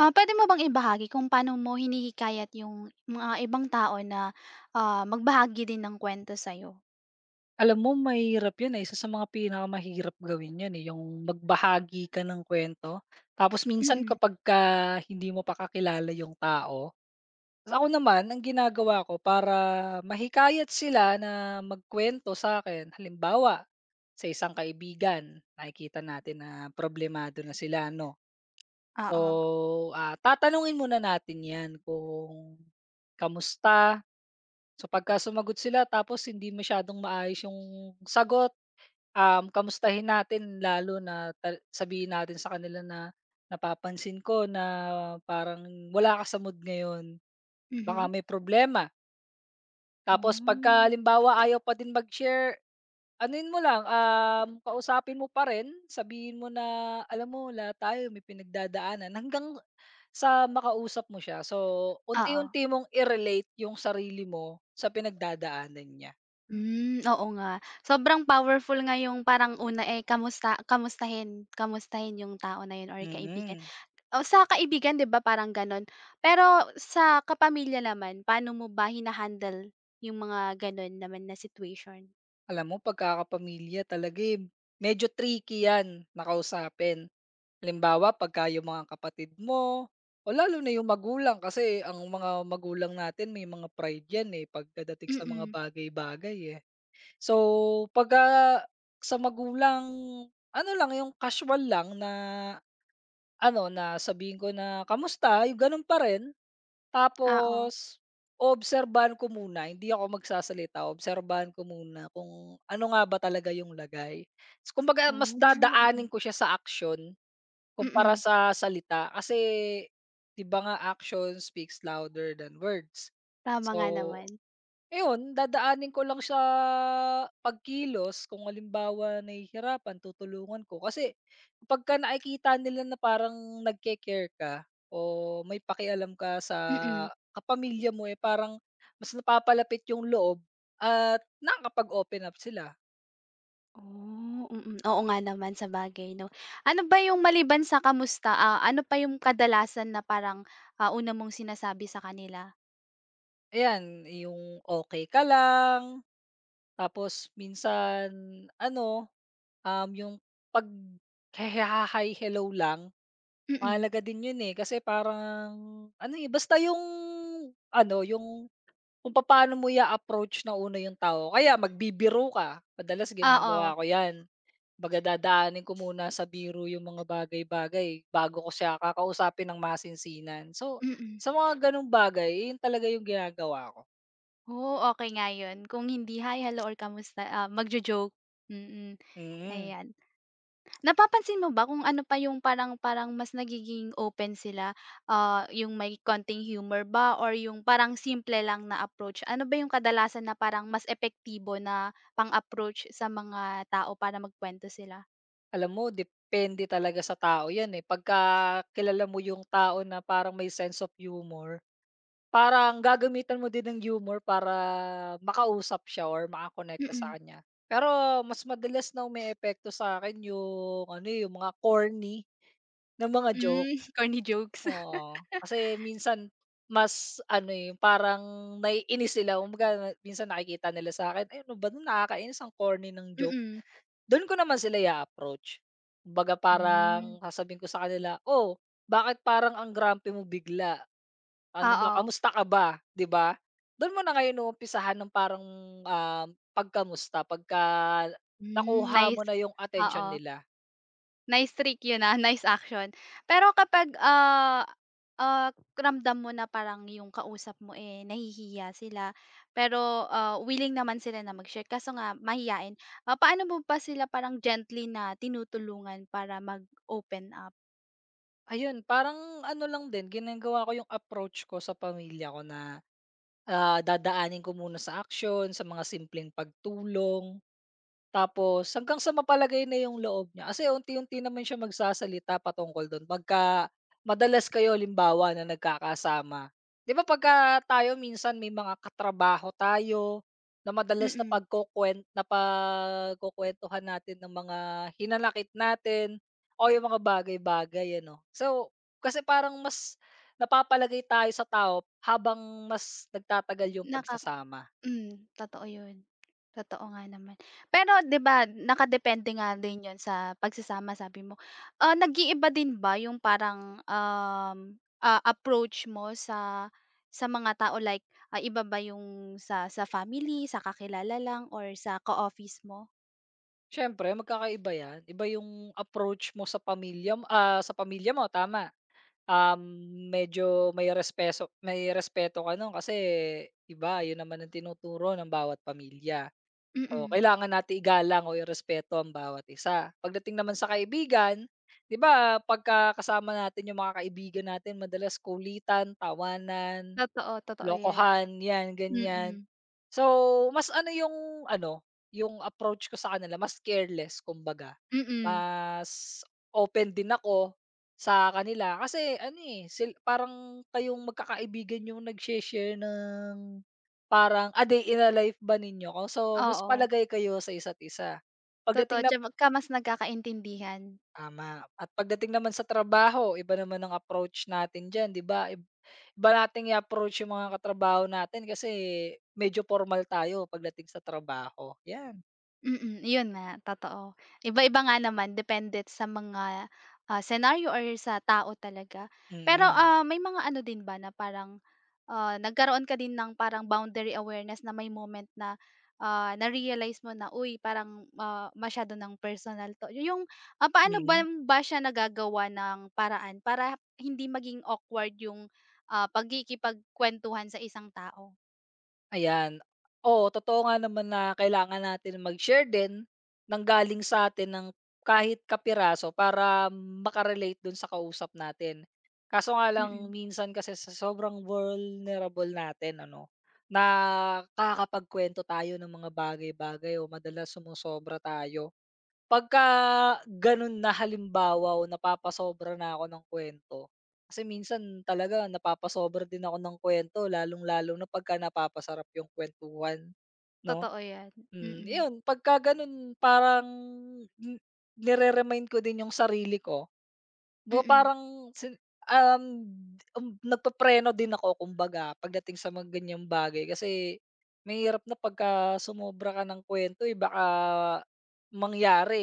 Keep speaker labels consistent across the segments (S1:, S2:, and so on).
S1: Ah, puwede mo bang ibahagi kung paano mo hinihikayat yung mga ibang tao na, magbahagi din ng kuwento sa'yo?
S2: Alam mo mahirap 'yun, eh, isa sa mga pinakamahirap gawin 'yun, eh, yung magbahagi ka ng kwento. Tapos minsan
S1: Mm,
S2: kapagka hindi mo pa kakilala yung tao, ako naman ang ginagawa ko para mahikayat sila na magkwento sa akin. Halimbawa, sa isang kaibigan, nakikita natin na problemado na sila 'no. So,
S1: oo,
S2: tatanungin muna natin 'yan kung kamusta. So, pagka sumagot sila tapos hindi masyadong maayos yung sagot. Kamustahin natin lalo na sabihin natin sa kanila na, "Napapansin ko na parang wala ka sa mood ngayon,
S1: mhm.
S2: baka may problema." Tapos pagka
S1: Hmm.
S2: halimbawa ayaw pa din mag-share, anuhin mo lang, kausapin mo pa rin, sabihin mo na, "Alam mo lahat tayo may pinagdadaanan." Hanggang sa makausap mo siya. So,
S1: Oo,
S2: unti-unti mong i-relate yung sarili mo sa pinagdadaanan niya.
S1: hmm, oo nga. Sobrang powerful nga yung parang una, eh, kamusta kamustahin kamustahin yung tao na yun or kaibigan.
S2: Mm.
S1: O sa kaibigan 'di ba parang gano'n, pero sa kapamilya naman, paano mo ba hina-handle yung mga gano'n naman na situation?
S2: Alam mo pagkakapamilya talaga, eh, medyo tricky 'yan na kausapin. Halimbawa pagka yung mga kapatid mo o lalo na yung magulang kasi ang mga magulang natin may mga pride 'yan, eh, pagdadating sa mga
S1: Mm,
S2: bagay-bagay, eh. So, pagka sa magulang, ano lang yung casual lang na ano, na sabihin ko na, "Kamusta?" yung gano'n pa rin.
S1: oo.
S2: Tapos, oobserbahan ko muna, hindi ako magsasalita, obserbahan ko muna kung ano nga ba talaga yung lagay. So, kumbaga mas
S1: Oh,
S2: dadaanin
S1: mm,
S2: ko siya sa aksiyon kumpara
S1: mm.
S2: sa salita kasi 'di ba nga action speaks louder than words.
S1: Tama nga
S2: So,
S1: naman,
S2: ayun, dadaanin ko lang sa pagkilos kung halimbawa nahihirapan tutulungan ko. Kasi pagka nakikita nila na parang nagke-care ka o may pakialam ka sa
S1: mm.
S2: kapamilya mo, eh, parang mas napapalapit yung loob at nakakapag-open up sila.
S1: Oh, mm, oo nga naman sabagay 'no. Ano ba yung maliban sa kamusta, ano pa yung kadalasan na parang, una mong sinasabi sa kanila?
S2: Ayan, yung okay ka lang, tapos minsan ano, yung pag hi hello lang.
S1: Mm,
S2: Mahalaga din yun, eh, kasi parang ano, eh, basta yung ano, yung kung paano mo i approach na una yung tao. Kaya magbibiro ka, madalas
S1: oo,
S2: ginagawa ko 'yan. Dadaanin ko muna sa biro yung mga bagay-bagay bago ko siya kakausapin ng masinsinan. So,
S1: mm.
S2: sa mga gano'ng bagay, yun talaga yung ginagawa ko.
S1: Oh, okey nga yun kung hindi, "Hi, hello or kamusta," magjo-joke, mm,
S2: Mm.
S1: ayan. Napapansin mo ba kung ano pa yung parang parang mas nagiging open sila, yung may konting humor ba or yung parang simple lang na approach? Ano ba yung kadalasan na parang mas epektibo na pang-approach sa mga tao para magkwento sila?
S2: Alam mo depende talaga sa tao 'yan, eh, pagka kilala mo yung tao na parang may sense of humor. Parang gagamitan mo din ng humor para makausap siya or makakonekta sa
S1: Mm.
S2: kanya. Pero mas madalas na umeepekto sa akin yung ano, eh, yung mga corny ng mga joke,
S1: Hmm, corny jokes.
S2: oo. Kasi minsan mas ano, eh, yung parang naiinis sila kumbaga minsan nakikita nila sa akin, "Ay ano ba 'to nakakainis ang corny ng joke."
S1: Mm.
S2: Dun ko naman sila i approach. Kumbaga
S1: Hmm.
S2: parang sasabihin ko sa kanila, "Oh, bakit parang ang grumpy mo bigla? Ano ba,
S1: Oo.
S2: kamusta ka ba, 'di ba?" Do'n mo na ngayon uumpisahan ng parang, um, pagkamusta pagka
S1: Hmm,
S2: nakuha
S1: nice.
S2: mo na yung attention
S1: Oo.
S2: nila.
S1: Nice trick yun, nice action. Pero kapag, ah, ramdam mo na parang yung kausap mo, eh, nahihiya sila pero, willing naman sila na mag-share kaso nga mahiyain, paano mo ba sila parang gently na tinutulungan para mag-open up?
S2: Ayun, parang ano lang din ginagawa ko yung approach ko sa pamilya ko na, dadaanin ko muna sa action sa mga simpleng pagtulong. Tapos hanggang sa mapalagay na yung loob niya kasi unti-unti naman siya magsasalita patungkol dun pagka madalas kayo limbawa na nagkakasama. 'Di ba pagka tayo minsan may mga katrabaho tayo na madalas na
S1: Mm.
S2: napagkukuwentuhan natin ng mga hinanakit natin o yung mga bagay-bagay ano. So, kasi parang mas napapalagay tayo sa tao habang mas nagtatagal yung
S1: nakaka
S2: pagsasama.
S1: Totoo 'yun. Totoo nga naman. Pero 'di ba nakadepende nga din 'yun sa pagsasama sabi mo. Ah, nag-iiba din ba yung parang, approach mo sa mga tao like, iba ba yung sa family, sa kakilala lang or sa ka-office mo?
S2: Siyempre magkakaiba 'yan. Iba yung approach mo sa pamilya mo, tama. Medyo may respeto ka nun kasi iba yun naman ang tinuturo ng bawat pamilya. So,
S1: Mm,
S2: kailangan natin igalang o irespeto ang bawat isa. Pagdating naman sa kaibigan, 'di ba pagka kasama natin yung mga kaibigan natin madalas kulitan, tawanan,
S1: totoo, totoo 'yan.
S2: lokohan, 'yan, ganyan.
S1: Mm,
S2: So, mas ano, yung approach ko sa kanila mas careless kumbaga.
S1: mm,
S2: Mas open din ako sa kanila kasi ano, eh, parang kayong magkakaibigan yung nagse-share ng parang a day in a life ba ninyo. So, mas
S1: oo,
S2: palagay kayo sa isa't isa.
S1: totoo
S2: Pagdating
S1: 'tsaka mas nagkakaintindihan.
S2: Tama. At pagdating naman sa trabaho, iba naman ang approach natin diyan, 'di ba? Iba nating i-approach yung mga katrabaho natin kasi medyo formal tayo pagdating sa trabaho, 'yan.
S1: Mm, yun nga, totoo. Iba-iba nga naman depende sa mga, senaryo or sa tao talaga. Pero,
S2: Mm.
S1: may mga ano din ba na parang, nagkaroon ka din ng parang boundary awareness na may moment na, na-realize mo na, "Uy, parang, masyado ng personal 'to." Yung, paano ba
S2: Mm.
S1: ba siya nagagawa ng paraan para hindi maging awkward yung, pagkikipagkuwentuhan sa isang tao?
S2: Ayan. Oo, totoo nga naman na kailangan natin mag-share din ng galing sa atin ng kahit kapiraso para maka-relate dun sa kausap natin. Kaso nga lang
S1: Mm,
S2: minsan kasi sa sobrang vulnerable natin ano, na nakakapagkuwento tayo ng mga bagay-bagay o madalas sumosobra tayo. Pagka gano'n na halimbawa o napapasobra na ako ng kwento, kasi minsan talaga napapasobra din ako ng kwento, lalong-lalo na pagka napapasarap yung kuwentuhan, 'no?
S1: totoo yan.
S2: Hmm,
S1: Mm,
S2: 'yun pagka gano'n parang ni nire-remind ko din yung sarili ko ba
S1: mm.
S2: parang um, nagpepreno din ako kumbaga pagdating sa mga ganyang bagay kasi mahirap na pagka sumobra ka ng kwento eh, baka mangyari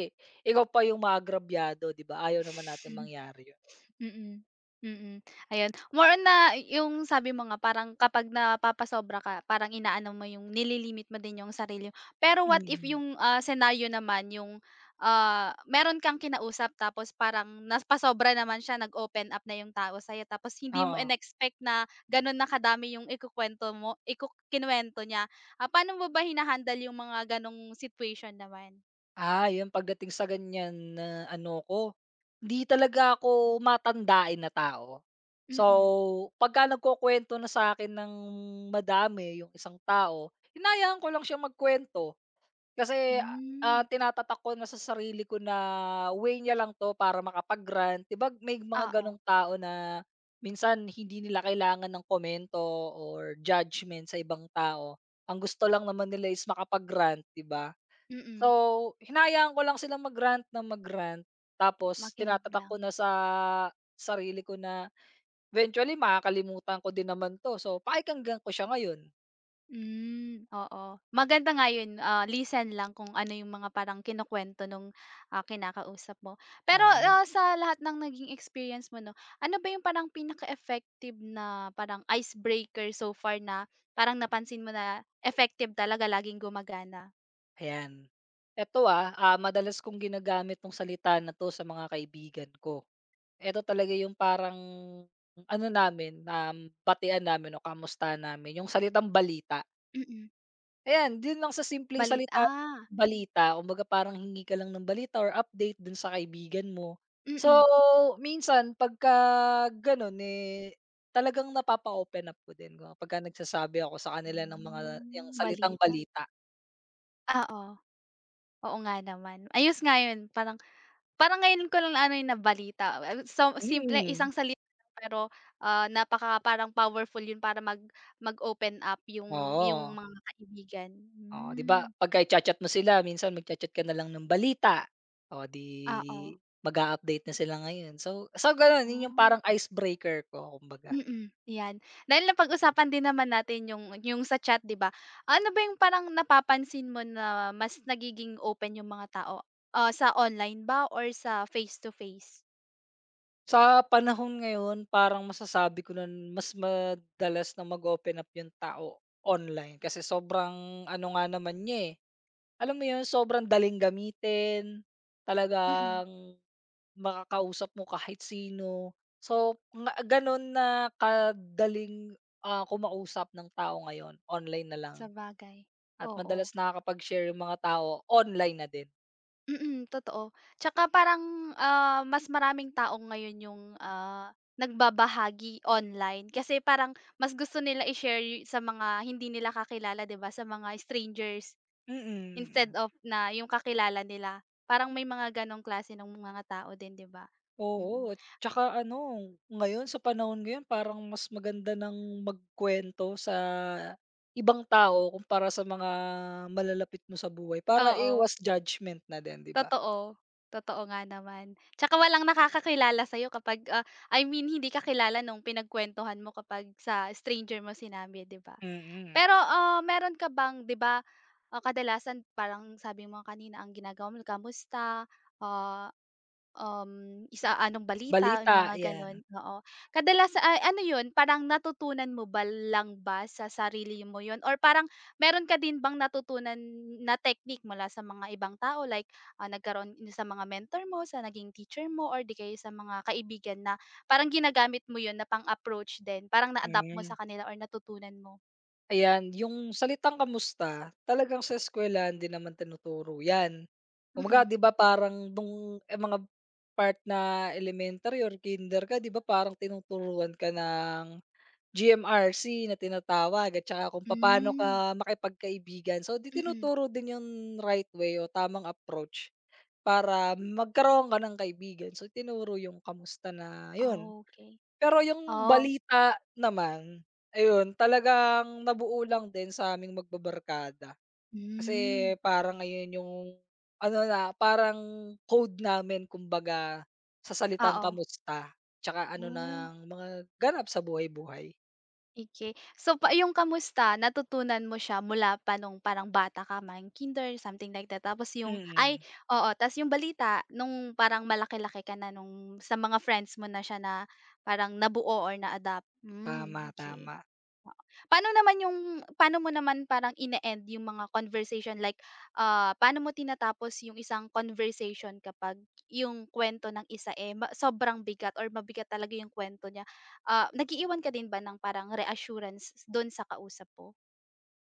S2: ikaw pa yung maagrabyado, 'di ba? Ayaw naman natin mangyari yun.
S1: Mm, mm. Ayun, more on na yung sabi mo nga parang kapag napapasobra ka parang inaano mo yung nililimit mo din yung sarili mo. Pero what if
S2: Mm,
S1: yung, senaryo naman yung, meron kang kinausap tapos parang napasobra naman siya, nag-open up na yung tao sa'yo tapos hindi mo
S2: oo.
S1: expect na gano'n na kadami yung ikukuwento mo niya. Ah, paano mo ba yung mga gano'ng situation naman?
S2: Ah, yun pagdating sa ganyan na ano ko, hindi talaga ako matandain na tao. So,
S1: Mm.
S2: pagka nagkukuwento na sa akin ng madami yung isang tao, hinahayaan ko lang siya magkwento. Kasi,
S1: Hmm,
S2: tinatatak ko na sa sarili ko na way niya lang 'to para makapag-grant. 'Di ba may mga
S1: oo.
S2: gano'ng tao na minsan hindi nila kailangan ng komento or judgment sa ibang tao. Ang gusto lang naman nila is makapag-rant, 'di ba? So,
S1: Mm,
S2: hinahayaan ko lang silang mag-rant ng mag-rant tapos
S1: makinig
S2: tinatatak ko
S1: lang.
S2: na sa sarili ko na eventually makakalimutan ko din naman 'to. So, pakikinggan ko siya ngayon,
S1: Hmm, oo. Maganda nga yun, listen lang kung ano yung mga parang kinukuwento nung, kinakausap mo. Pero,
S2: tama.
S1: sa lahat ng naging experience mo 'no, ano ba yung parang pinaka-effective na parang icebreaker so far na parang napansin mo na effective talaga, laging gumagana?
S2: Ayan. Eto, madalas kong ginagamit 'tong salita na 'to sa mga kaibigan ko. Eto talaga yung parang ano namin, batian namin o kamustahan namin, yung salitang balita.
S1: Mm,
S2: Ayan, din lang sa simpleng
S1: Balita.
S2: salita, balita. Kumbaga parang hingi ka lang ng balita or update dun sa kaibigan mo. So,
S1: Mm.
S2: minsan pagka ganun, eh, talagang napapa-open up ko din kapagka nagsasabi ako sa kanila ng mga yung
S1: Hmm.
S2: salitang
S1: Balita,
S2: balita.
S1: ah, oo. Oo nga naman. Ayos nga yun, parang parang ngayon ko lang ano, eh, nabalita, so simple
S2: Mm,
S1: isang salita lang pero, napaka parang powerful yun para mag-open up yung
S2: oo.
S1: mga kaibigan.
S2: Oo, 'di ba
S1: Hmm,
S2: pagka i-cha-chat mo sila minsan magcha-chat ka na lang ng balita, oh 'di
S1: oo.
S2: mag-a-update na sila ngayon. So gano'n, 'yun yung
S1: Oh,
S2: parang icebreaker ko kumbaga.
S1: mm, 'yan. Dahil napag-usapan din naman natin yung sa chat 'di ba? Ano ba yung parang napapansin mo na mas nagiging open yung mga tao, sa online ba or sa face to face?
S2: Sa panahon ngayon parang masasabi ko na mas madalas na mag-open up yung tao online kasi sobrang ano nga naman niya, eh, alam mo 'yun sobrang daling gamitin,
S1: Mm,
S2: talagang makakausap mo kahit sino. So, nga gano'n na kadaling, kumausap ng tao ngayon, online na lang
S1: sabagay,
S2: at
S1: oo.
S2: madalas nakakapag-share yung mga tao online na din.
S1: Mm, totoo. Tsaka parang, mas maraming tao ngayon yung, nagbabahagi online kasi parang mas gusto nila i-share sa mga hindi nila kakilala, 'di ba, sa mga strangers instead
S2: Mm.
S1: of na yung kakilala nila. Parang may mga gano'ng klase ng mga tao din, 'di ba? Mm.
S2: Oo, tsaka ano, ngayon sa panahon ngayon parang mas maganda ng magkuwento sa ibang tao kumpara sa mga malalapit mo sa buhay para
S1: Oo,
S2: iwas judgment na din, 'di ba?
S1: totoo. Totoo nga naman. Tsaka walang nakakakilala sa'yo kapag, I mean hindi kakilala kilala nung pinagkuwentuhan mo kapag sa stranger mo sinabi, 'di ba?
S2: Mm.
S1: Pero, meron ka bang 'di ba, kadalasan parang sabi mo kanina ang ginagawa mo kamusta, ah, isa anong balita, yung mga
S2: Balita,
S1: gano'n,
S2: 'yan.
S1: oo. Kadalasan ay ano 'yun, parang natutunan mo ba lang ba sa sarili mo 'yun or parang meron ka din bang natutunan na technique mula sa mga ibang tao like, nagkaroon sa mga mentor mo, sa naging teacher mo or 'di kaya sa mga kaibigan na parang ginagamit mo 'yun na pang-approach din, parang na-adapt mo sa
S2: Hmm.
S1: kanila or natutunan mo?
S2: Ayan, yung salitang kamusta, talagang sa eskuwelahan din naman tinuturo 'yan. Kumbaga
S1: Mm.
S2: 'di ba parang nung, eh, mga part na elementary or kinder ka 'di ba parang tinuturuan ka ng GMRC na tinatawag at saka kung papaano
S1: Hmm,
S2: ka makipagkaibigan. So, 'di
S1: mm.
S2: tinuturo din yung right way o tamang approach para magkaroon ka ng kaibigan. So, tinuro yung kamusta na yun,
S1: Okey.
S2: pero yung
S1: Oo.
S2: balita naman, ayun talagang nabuo lang din sa aming magbabarkada. Kasi
S1: Hmm.
S2: parang ngayon yung ano na, parang code namin kumbaga sa salitang
S1: Oo.
S2: kamusta, tsaka ano
S1: Oh,
S2: ng mga ganap sa buhay-buhay.
S1: okey. So, pa yung kamusta natutunan mo siya mula pa nung parang bata ka, mga kinder, something like that. Tapos yung ay,
S2: Mm,
S1: oo, ta's yung balita nung parang malaki-laki ka na nung sa mga friends mo na siya na parang nabuo or na-adapt. Hmm,
S2: tama,
S1: okey.
S2: tama.
S1: Oo. Paano naman yung paano mo naman parang ine-end yung mga conversation like, paano mo tinatapos yung isang conversation kapag yung kwento ng isa, eh, sobrang bigat or mabigat talaga yung kuwento niya? Ah, nag-iiwan ka din ba ng parang reassurance dun sa kausap po?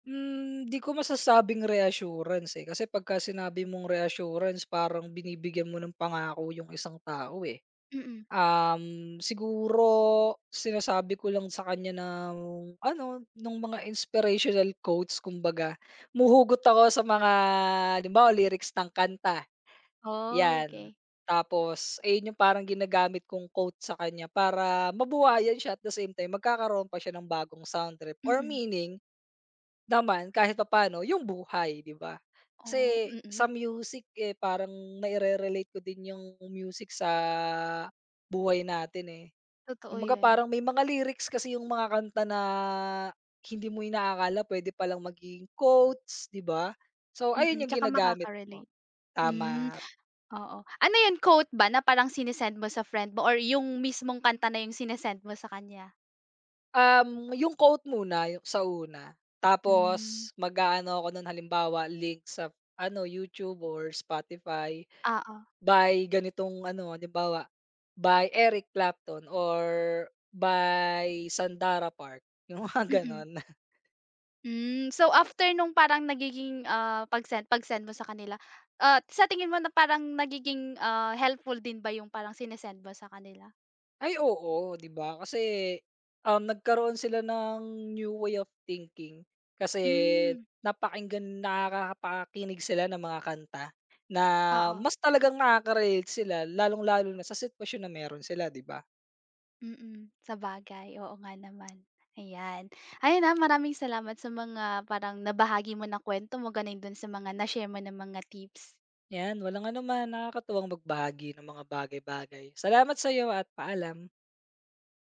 S2: Hmm, di ko masasabing reassurance, eh, kasi pagka sinabi mong reassurance parang binibigyan mo ng pangako yung isang tao, eh.
S1: Mm.
S2: Siguro sinasabi ko lang sa kanya na ano, nung mga inspirational quotes kumbaga. Humuhugot ako sa mga halimbawa lyrics ng kanta, 'yan.
S1: Okey.
S2: Tapos ayun yung parang ginagamit kong quote sa kanya para mabuhayan siya at the same time magkakaroon pa siya ng bagong sound trip or
S1: Mm.
S2: meaning naman kahit papaano yung buhay, 'di ba?
S1: Oh,
S2: Kasi sa
S1: mm.
S2: music, eh, parang naire-relate ko din yung music sa buhay natin, eh.
S1: Totoo
S2: Kumbaga
S1: 'yan.
S2: parang may mga lyrics kasi yung mga kanta na hindi mo inaakala pwede palang maging quotes, 'di ba? So, ayun
S1: Mm,
S2: yung
S1: tsaka
S2: ginagamit ko,
S1: makaka-relate. Hmm,
S2: tama.
S1: oo. Ano yun, quote ba na parang sine mo sa friend mo or yung mismong kanta na yung sine mo sa kanya?
S2: Yung quote muna yung sa una, tapos
S1: Hmm.
S2: mag-aano ako nun halimbawa link sa ano, YouTube or Spotify
S1: Oo,
S2: by ganitong ano, halimbawa, by Eric Clapton or by Sandara Park, yung mga
S1: mm.
S2: gano'n.
S1: Hmm, so after nung parang nagiging, pag-send pag-send mo sa kanila, sa tingin mo na parang nagiging, helpful din ba yung parang sine-send mo sa kanila?
S2: Ay oo, 'di ba? Kasi, nagkaroon sila ng new way of thinking kasi
S1: Hmm,
S2: nakakapakinig sila ng mga kanta na
S1: oo,
S2: mas talagang nakaka-relate sila lalong-lalo na sa sitwasyon na meron sila, 'di ba?
S1: mm. Sabagay, oo nga naman. Ayan. Ayan, maraming salamat sa mga parang nabahagi mo na kuwento mo, gano'n din sa mga na-share mo na mga tips.
S2: 'Yan, walang anuman, nakakatuwang magbahagi ng mga bagay-bagay. Salamat sa'yo at paalam.